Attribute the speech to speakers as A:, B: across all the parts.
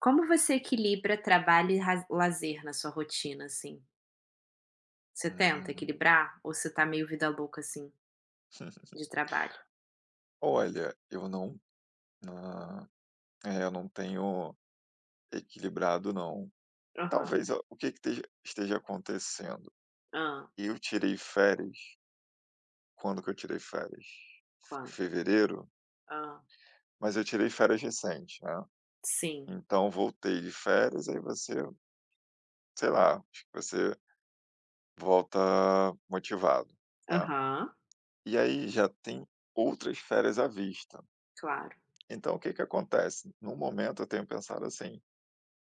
A: Como você equilibra trabalho e raz lazer na sua rotina, assim? Você tenta
B: Hum.
A: equilibrar ou você tá meio vida louca, assim, de trabalho?
B: Olha, eu não hã, eu não tenho equilibrado não.
A: Aham.
B: Talvez a o que que esteja acontecendo?
A: ah,
B: Eu tirei férias, quando que eu tirei férias? Fe
A: Quanto?
B: Fevereiro?
A: Ah.
B: Mas eu tirei férias recente, né,
A: Sim.
B: então voltei de férias, aí você, sei lá, acho que você volta motivado, né.
A: Aham.
B: E aí já tem outras férias à vista.
A: Claro.
B: Então o que que acontece? No momento eu tenho pensado assim: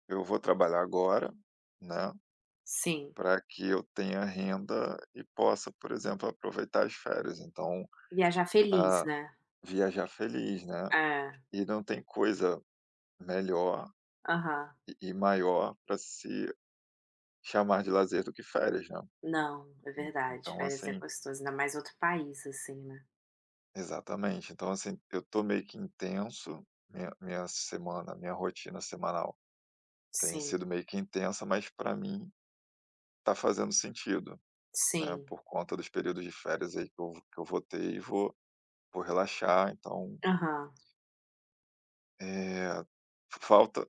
B: eu vou trabalhar agora, né,
A: Sim.
B: para que eu tenha renda e possa, por exemplo, aproveitar as férias, então,
A: Viajar feliz,
B: ah,
A: né.
B: viajar feliz, né.
A: É.
B: E não tem coisa melhor
A: Aham.
B: e maior para se chamar de lazer do que férias, né.
A: Não, é verdade.
B: Então
A: Férias é
B: assim,
A: gostoso, ainda mais outro país, assim, né.
B: exatamente, então assim, eu tô meio que intenso, minha semana, minha rotina semanal tem
A: Sim,
B: sido meio que intensa, mas para mim tá fazendo sentido, né,
A: sim.
B: por conta dos períodos de férias aí que eu vou ter e vou por relaxar, então,
A: Aham.
B: eh, falta,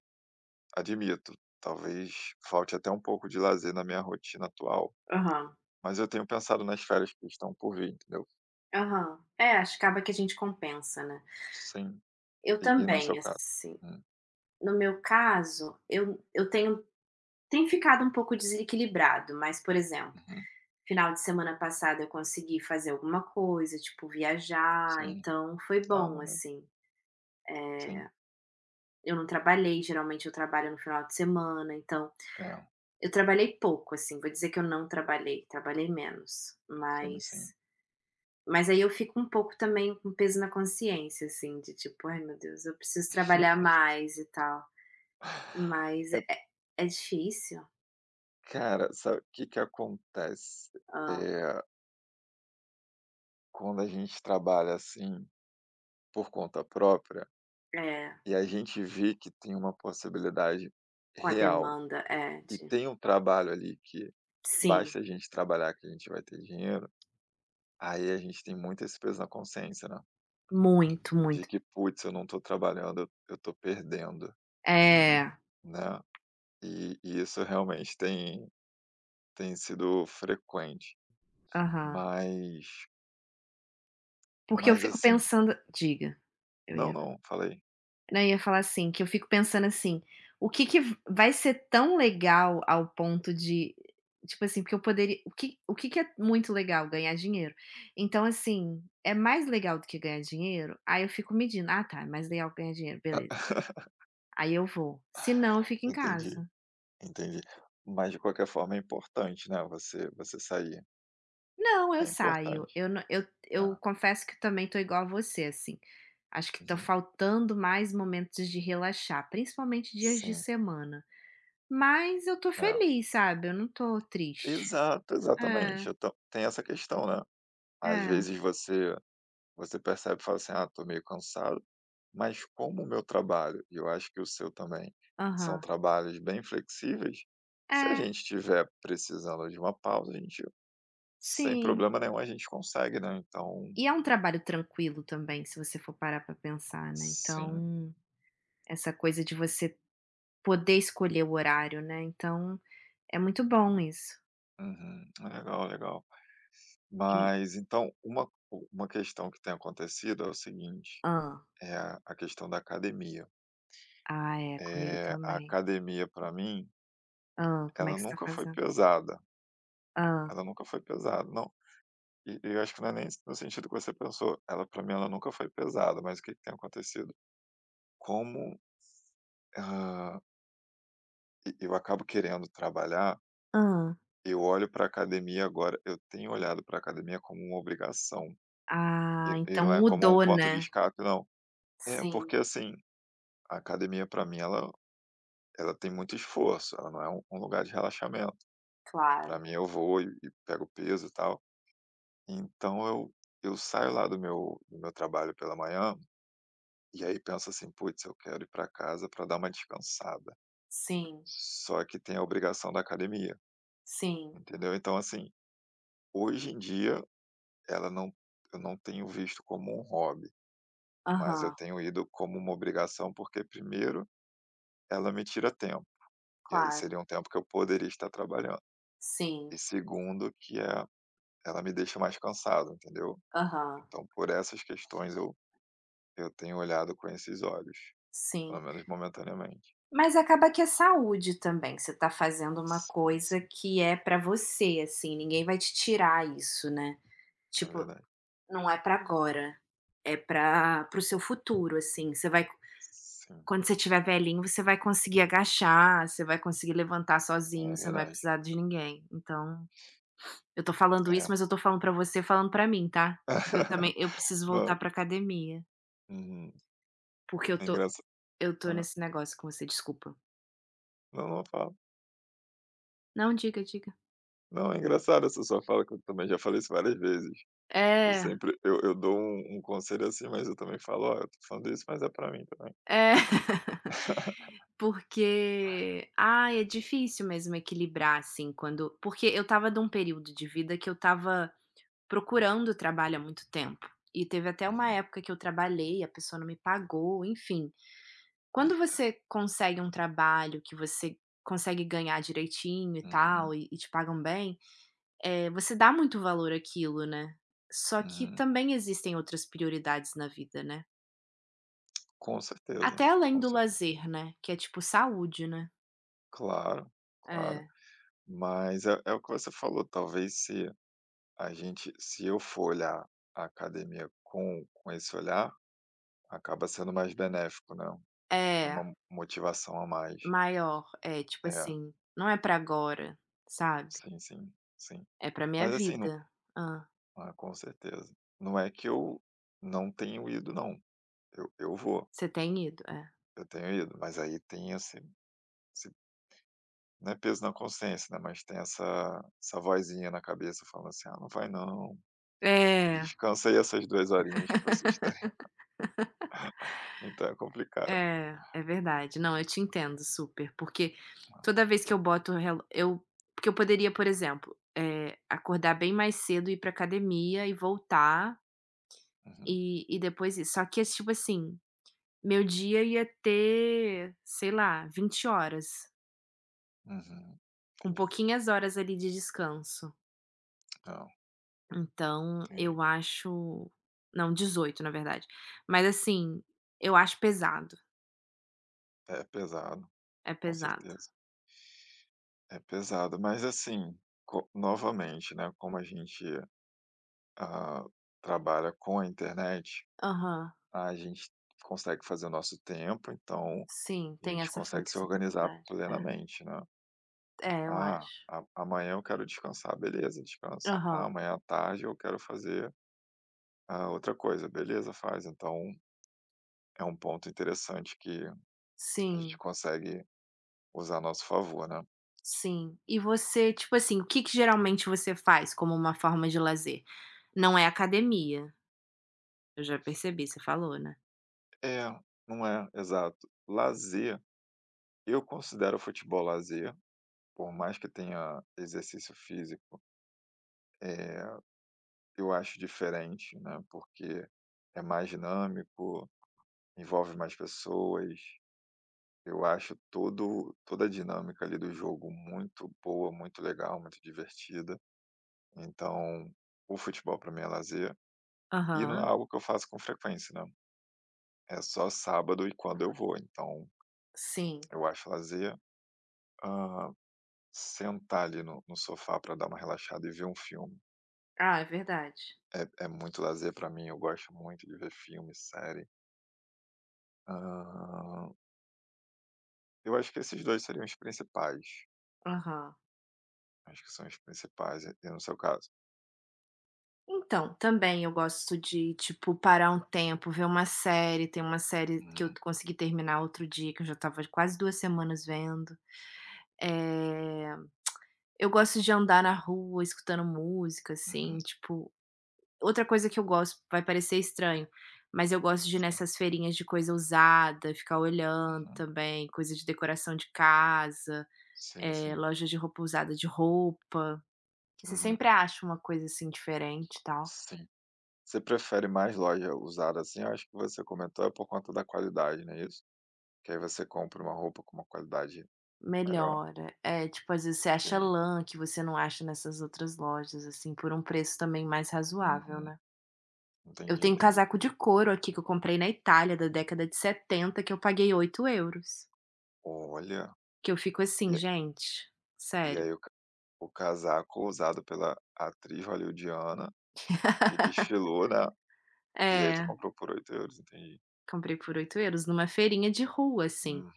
B: admito, talvez falte até um pouco de lazer na minha rotina atual,
A: Aham.
B: mas eu tenho pensado nas férias que estão por vir, entendeu.
A: Aham. É, acho que acaba que a gente compensa, né.
B: Sim,
A: Eu
B: e no
A: também,
B: seu caso?
A: assim.
B: Hum,
A: No meu caso, eu tenho tem ficado um pouco desequilibrado, mas, por exemplo,
B: uhum,
A: final de semana passado eu consegui fazer alguma coisa, tipo viajar,
B: sim.
A: então foi
B: Ah,
A: bom,
B: maneiro.
A: assim.
B: Sim,
A: Eu não trabalhei, geralmente eu trabalho no final de semana, então
B: é,
A: eu trabalhei pouco, assim, vou dizer que eu não trabalhei, trabalhei menos,
B: sim, sim.
A: mas aí eu fico um pouco também com peso na consciência, assim, de tipo: "Ai meu Deus, eu preciso trabalhar mais e tal", mas é
B: É,
A: é difícil.
B: cara, sabe o que que acontece?
A: Hã,
B: Eh, Quando a gente trabalha, assim, por conta própria,
A: é.
B: e a gente vê que tem uma possibilidade
A: Com a
B: real
A: demanda, é,
B: e
A: de
B: tem um trabalho ali que
A: sim,
B: basta a gente trabalhar que a gente vai ter dinheiro, aí a gente tem muito esse peso na consciência, né,
A: muito,
B: de
A: muito.
B: que: "Putz, eu não estou trabalhando, eu estou perdendo",
A: É,
B: né. E isso realmente tem tem sido frequente.
A: aham.
B: Mas
A: Porque eu
B: mas
A: fico
B: assim,
A: pensando diga. Eu
B: não,
A: ia
B: não, falei.
A: Não, eu ia falar assim, que eu fico pensando assim, o que que vai ser tão legal ao ponto de tipo assim, porque eu poderia o que que é muito legal? Ganhar dinheiro. Então assim, é mais legal do que ganhar dinheiro? Aí eu fico medindo: "Ah tá, é mais legal ganhar dinheiro, beleza". Aí eu vou, se não eu fico em
B: Entendi,
A: casa.
B: entendi. Mas de qualquer forma é importante, né, você sair.
A: Não, eu
B: É
A: saio.
B: importante.
A: Eu não eu
B: É.
A: eu confesso que também tô igual a você, assim. Acho que tá
B: Uhum.
A: faltando mais momentos de relaxar, principalmente dias de
B: Sim,
A: semana. Mas eu tô
B: é.
A: feliz, sabe, eu não tô triste.
B: Exato,
A: É,
B: exatamente. Então tem essa questão, né. Às
A: é.
B: vezes você percebe e fala assim: "Ah, tô meio cansado", mas como o meu trabalho, e eu acho que o seu também, são
A: Aham.
B: trabalhos bem flexíveis, se a
A: É,
B: gente estiver precisando de uma pausa, a gente sem
A: sim.
B: problema nenhum a gente consegue, né, então
A: E é um trabalho tranquilo também, se você for parar pra pensar, né,
B: sim.
A: então, essa coisa de você poder escolher o horário, né, então, é muito bom isso.
B: Uhum. Legal, legal.
A: E
B: Mas então uma questão que tem acontecido é o seguinte,
A: ah,
B: é a questão da academia.
A: Ah, é, comigo
B: É a
A: também.
B: academia para mim,
A: Hã, como é
B: ela
A: que você tá
B: nunca foi
A: fazendo?
B: pesada,
A: Hã,
B: ela nunca foi pesada. Não, e eu acho que não é nem no sentido que você pensou, ela pra mim, ela nunca foi pesada, mas o que que tem acontecido? Como, hã, eu acabo querendo trabalhar,
A: hã.
B: eu olho pra academia, agora eu tenho olhado pra academia como uma obrigação,
A: Ah,
B: e
A: então
B: não é como um
A: mudou,
B: ponto de
A: né.
B: escape não. É, porque
A: Sim,
B: assim, a academia pra mim, ela tem muito esforço, ela não é um lugar de relaxamento. Pra
A: claro.
B: mim eu vou e pego peso e tal, então eu saio lá do meu trabalho pela manhã. E aí pensa assim: "Putz, eu quero ir para casa para dar uma descansada".
A: Sim,
B: Só que tem a obrigação da academia,
A: sim.
B: entendeu? Então, assim, hoje em dia ela não eu não tenho visto como um hobby, mas eu
A: Aham,
B: tenho ido como uma obrigação, porque primeiro, ela me tira tempo, e aí
A: claro.
B: seria um tempo que eu poderia estar trabalhando.
A: Sim,
B: E segundo que, ela me deixa mais cansado, entendeu?
A: aham,
B: Então por essas questões eu tenho olhado com esses olhos, pelo
A: sim.
B: menos momentaneamente.
A: Mas acaba que é saúde também, você tá fazendo uma
B: Sim,
A: coisa
B: sim,
A: que é pra você, assim, ninguém vai te tirar isso, né.
B: é
A: Tipo,
B: verdade.
A: não é pra agora, é pra para o seu futuro, assim, você vai.
B: Sim.
A: Quando você tiver velhinho, você vai conseguir agachar, você vai conseguir levantar sozinho,
B: É
A: você não vai
B: verdade,
A: precisar de ninguém. Então, eu tô falando isso,
B: é.
A: mas eu tô falando pra você, falando pra mim, tá? Porque eu também eu preciso
B: Não,
A: voltar pra academia,
B: uhum,
A: porque eu
B: é
A: tô
B: engraça
A: eu tô
B: ah,
A: nesse negócio com você, desculpa.
B: não, não, fala.
A: Não, diga, diga.
B: Não, é engraçado essa sua fala, que eu também já falei isso várias vezes. Eu
A: É,
B: sempre, eu dou um conselho assim, mas eu também falo: "Olha, eu tô falando isso, mas é pra mim também".
A: é. Porque, ah, é difícil mesmo equilibrar, assim, quando porque eu tava de um período de vida que eu tava procurando trabalho há muito tempo. E teve até uma
B: Uhum.
A: época que eu trabalhei, a pessoa não me pagou, enfim. Quando
B: Eita.
A: você consegue um trabalho que você consegue ganhar direitinho e tal,
B: Uhum,
A: e te pagam bem, você dá muito valor àquilo, né? Só que
B: uhum.
A: também existem outras prioridades na vida, né?
B: Com certeza,
A: Até além
B: com
A: do
B: certeza.
A: lazer, né? Que é tipo saúde, né?
B: Claro, claro.
A: É.
B: Mas é o que você falou, talvez se eu for olhar a academia com esse olhar, acaba sendo mais benéfico, né. É
A: É,
B: uma motivação a mais.
A: maior. É tipo
B: É,
A: assim, não é pra agora, sabe?
B: sim, sim, sim.
A: É pra minha
B: Mas assim, não,
A: vida.
B: com certeza. Não é que eu não tenho ido não, eu vou,
A: Você tem ido, é.
B: eu tenho ido, mas aí tem esse, não é peso na consciência, né, mas tem essa vozinha na cabeça falando assim: "Ah, não vai não,
A: É,
B: descansa aí essas 2 horinhas que vocês têm". Então é complicado.
A: é, é verdade. Não, eu te entendo super, porque toda vez que eu boto o relo eu porque eu poderia, por exemplo, acordar bem mais cedo, ir pra academia e voltar,
B: Uhum,
A: e depois isso. Só que é tipo assim, meu dia ia ter, sei lá, 20 horas,
B: uhum,
A: com
B: entendi.
A: pouquinhas horas ali de descanso.
B: Não,
A: Então
B: entendi.
A: eu acho não, 18, na verdade. Mas assim, eu acho pesado,
B: É pesado,
A: é
B: com
A: pesado.
B: certeza. É pesado, mas assim, co novamente, né, como a gente ah, trabalha com a internet,
A: Aham.
B: a gente consegue fazer o nosso tempo, então
A: Sim,
B: a
A: tem
B: gente
A: essa
B: consegue se organizar
A: flexibilidade.
B: plenamente, né?
A: É, é, eu
B: Ah,
A: acho.
B: amanhã eu quero descansar, beleza, descansa. Ah,
A: Aham.
B: amanhã à tarde eu quero fazer outra coisa, beleza, faz. Então é um ponto interessante que a gente
A: Sim,
B: consegue usar a nosso favor, né?
A: sim. E você, tipo assim, o que que geralmente você faz como uma forma de lazer? Não é academia, eu já percebi, você falou, né?
B: É, não é, exato. Lazer, eu considero o futebol lazer, por mais que tenha exercício físico, é, eu acho diferente, né, porque é mais dinâmico, envolve mais pessoas. Eu acho todo toda a dinâmica ali do jogo muito boa, muito legal, muito divertida. Então, o futebol para mim é lazer e não é
A: Aham,
B: algo que eu faço com frequência, né? É só sábado e quando eu vou. Então,
A: sim.
B: eu acho lazer, ah, sentar ali no sofá para dar uma relaxada e ver um filme.
A: Ah, é verdade.
B: É, é muito lazer para mim, eu gosto muito de ver filme, série. Eu acho que esses 2 seriam os principais.
A: Aham.
B: Acho que são os principais, e no seu caso?
A: Então, também eu gosto de, tipo, parar um tempo, ver uma série. Tem uma série que eu
B: Uhum,
A: consegui terminar outro dia, que eu já tava quase 2 semanas vendo. Eh Eu gosto de andar na rua escutando música, assim,
B: uhum,
A: tipo outra coisa que eu gosto, vai parecer estranho, mas eu gosto de ir
B: sim,
A: nessas feirinhas de coisa usada, ficar olhando
B: uhum,
A: também, coisa de decoração de casa,
B: sim, sim,
A: loja de roupa usada de roupa, que você
B: uhum,
A: sempre acha uma coisa, assim, diferente e tal.
B: sim. Você prefere mais loja usada, assim? Eu acho que você comentou é por conta da qualidade, não é isso? Que aí você compra uma roupa com uma qualidade melhor?
A: Melhora. É, tipo, às vezes você acha
B: Entendi.
A: lã que você não acha nessas outras lojas, assim, por um preço também mais razoável,
B: Uhum,
A: né. Eu
B: entendi,
A: tenho um
B: entendi,
A: casaco de
B: entendi.
A: couro aqui que eu comprei na Itália da década de 70 que eu paguei 8 euros.
B: Olha,
A: Que eu fico assim:
B: e
A: "Gente,
B: e
A: sério".
B: aí o ca o casaco usado pela atriz hollywoodiana, que desfilou, né, e aí tu
A: É,
B: comprou por 8 euros, entendi.
A: comprei por 8 euros numa feirinha de rua, assim,
B: Uhum,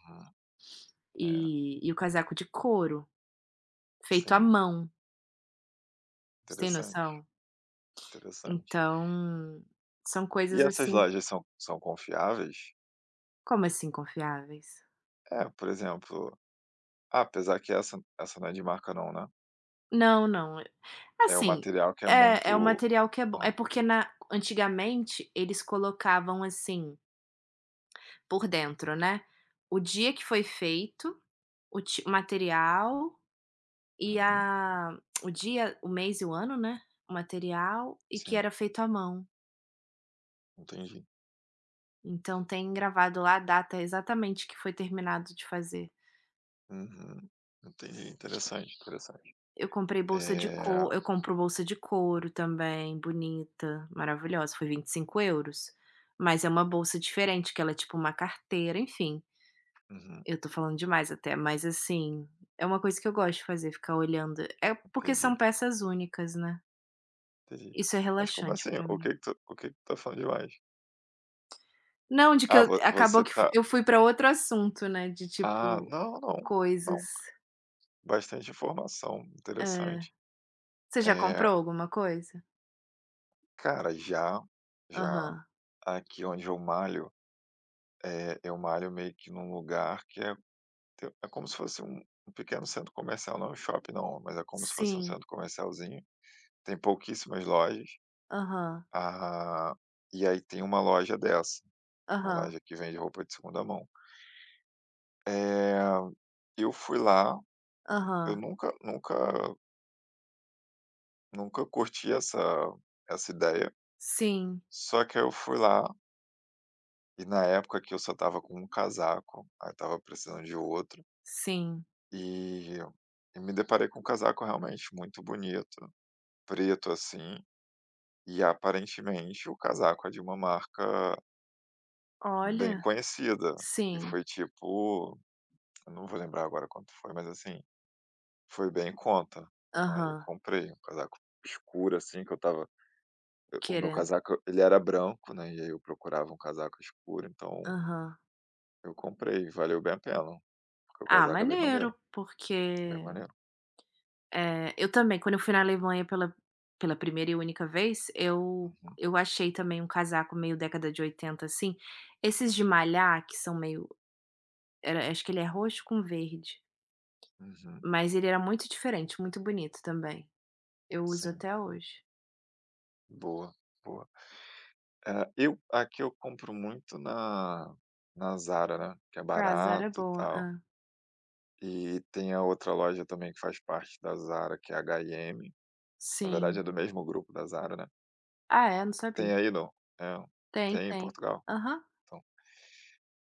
B: é,
A: e o casaco de couro, feito à
B: sim.
A: mão, você tem
B: Interessante,
A: noção?
B: interessante.
A: Então, são
B: E
A: coisas
B: essas
A: assim.
B: lojas são são confiáveis?
A: Como assim confiáveis?
B: É, por exemplo, apesar que essa não é de marca não, né.
A: Não, não,
B: É o
A: assim,
B: material que é
A: é
B: muito
A: é um material que é bom
B: hã,
A: é porque na antigamente eles colocavam assim. Por dentro, né. O dia que foi feito, o material e
B: uhum,
A: a o dia, o mês e o ano, né, o material e que
B: sim,
A: era feito à mão.
B: entendi.
A: Então tem gravado lá a data exatamente que foi terminado de fazer.
B: Uhum, entendi, interessante, interessante.
A: Eu comprei bolsa de
B: Eh,
A: couro, eu compro bolsa de couro também, bonita, maravilhosa, foi 25 euros, mas é uma bolsa diferente que ela é tipo uma carteira, enfim.
B: uhum,
A: Eu tô falando demais até, mas assim, é uma coisa que eu gosto de fazer, ficar olhando. É porque
B: entendi,
A: são peças únicas, né.
B: entendi.
A: Isso é
B: Mas como
A: relaxante
B: assim?
A: pra
B: O que
A: mim.
B: que tu o que que tu tá falando de loja?
A: Não, de que
B: Ah,
A: eu
B: vo
A: acabou
B: você
A: que
B: tá,
A: eu fui pra outro assunto, né, de tipo,
B: não, não, não,
A: coisas.
B: bastante informação,
A: É.
B: interessante.
A: Você já
B: Eh,
A: comprou alguma coisa?
B: cara, já, já.
A: Aham.
B: Aqui onde eu malho, eu malho meio que num lugar que é te é como se fosse um pequeno centro comercial, não é um shopping não, mas é como se fosse um
A: Sim.
B: centro comercialzinho, tem pouquíssimas lojas,
A: Aham.
B: ah, e aí tem uma loja dessa, uma
A: Aham.
B: loja que vende roupa de segunda mão. Eh, eu fui lá, eu
A: Aham.
B: nunca nunca curti essa ideia,
A: Sim.
B: só que aí eu fui lá e na época que eu só tava com um casaco, aí eu tava precisando de outro.
A: Sim.
B: E e me deparei com um casaco realmente muito bonito, preto, assim, e aparentemente o casaco é de uma marca bem
A: Olha.
B: conhecida. E
A: Sim.
B: foi tipo, eu não vou lembrar agora quanto foi, mas assim, foi bem em conta. Aí eu
A: Aham.
B: comprei um casaco escuro, assim, que eu tava. O meu
A: Querendo.
B: casaco, ele era branco, né? E aí eu procurava um casaco escuro, então
A: Aham.
B: eu comprei, e valeu bem a pena. Porque o
A: Ah,
B: casaco é bem
A: maneiro,
B: maneiro, é bem
A: porque
B: maneiro.
A: É, eu também, quando eu fui na Alemanha pela primeira e única vez, eu
B: Uhum,
A: eu achei também um casaco meio década de 80 assim, esses de malhar que são meio era acho que ele é roxo com verde,
B: uhum,
A: mas ele era muito diferente, muito bonito também. Eu uso
B: sim,
A: até hoje.
B: boa, boa. É, eu aqui eu compro muito na Zara, né, que é
A: Ah, a Zara
B: barato
A: é
B: e
A: boa.
B: tal.
A: Hã.
B: E tem a outra loja também que faz parte da Zara, que é a H&M. Na verdade é
A: Sim.
B: do mesmo grupo da Zara, né.
A: Ah é? Não
B: Tem
A: sabia.
B: aí não? É,
A: Tem,
B: tem em
A: tem.
B: Portugal?
A: Aham.
B: Então,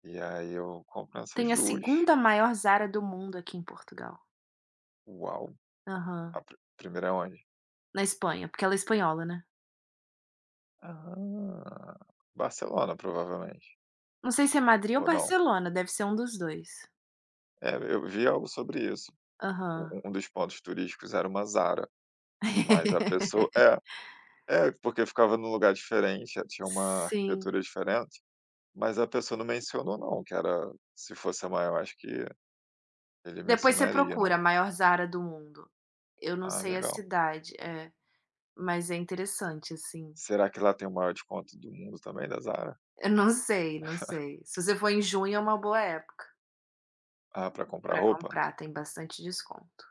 B: e aí eu compro nessas
A: Tem a
B: duas.
A: segunda maior Zara do mundo aqui em Portugal.
B: Uau!
A: Aham.
B: A primeira é onde?
A: Na Espanha, porque ela é espanhola, né.
B: Ah, Barcelona provavelmente,
A: Não sei se é Madrid ou
B: ou não?
A: Barcelona, deve ser um dos 2.
B: É, eu vi algo sobre isso.
A: Aham.
B: Um dos pontos turísticos era uma Zara, mas a pessoa é. É, porque ficava num lugar diferente, tinha uma
A: Sim.
B: arquitetura diferente, mas a pessoa não mencionou não que era, se fosse a maior, acho que ele
A: Depois você
B: mencionaria, né.
A: procura, a maior Zara do mundo. Eu não
B: Ah,
A: sei a
B: legal.
A: cidade, é, mas é interessante, assim.
B: Será que lá tem o maior desconto do mundo também, da Zara?
A: Eu não sei, não sei. Se você for em junho é uma boa época
B: Ah, para comprar
A: para
B: roupa?
A: comprar, tem bastante desconto.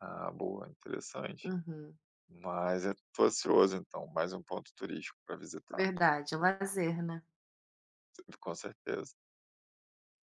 B: Ah, boa, interessante.
A: Uhum,
B: Mas eu tô ansioso então, mais um ponto turístico para visitar,
A: verdade, é um lazer, né.
B: com certeza.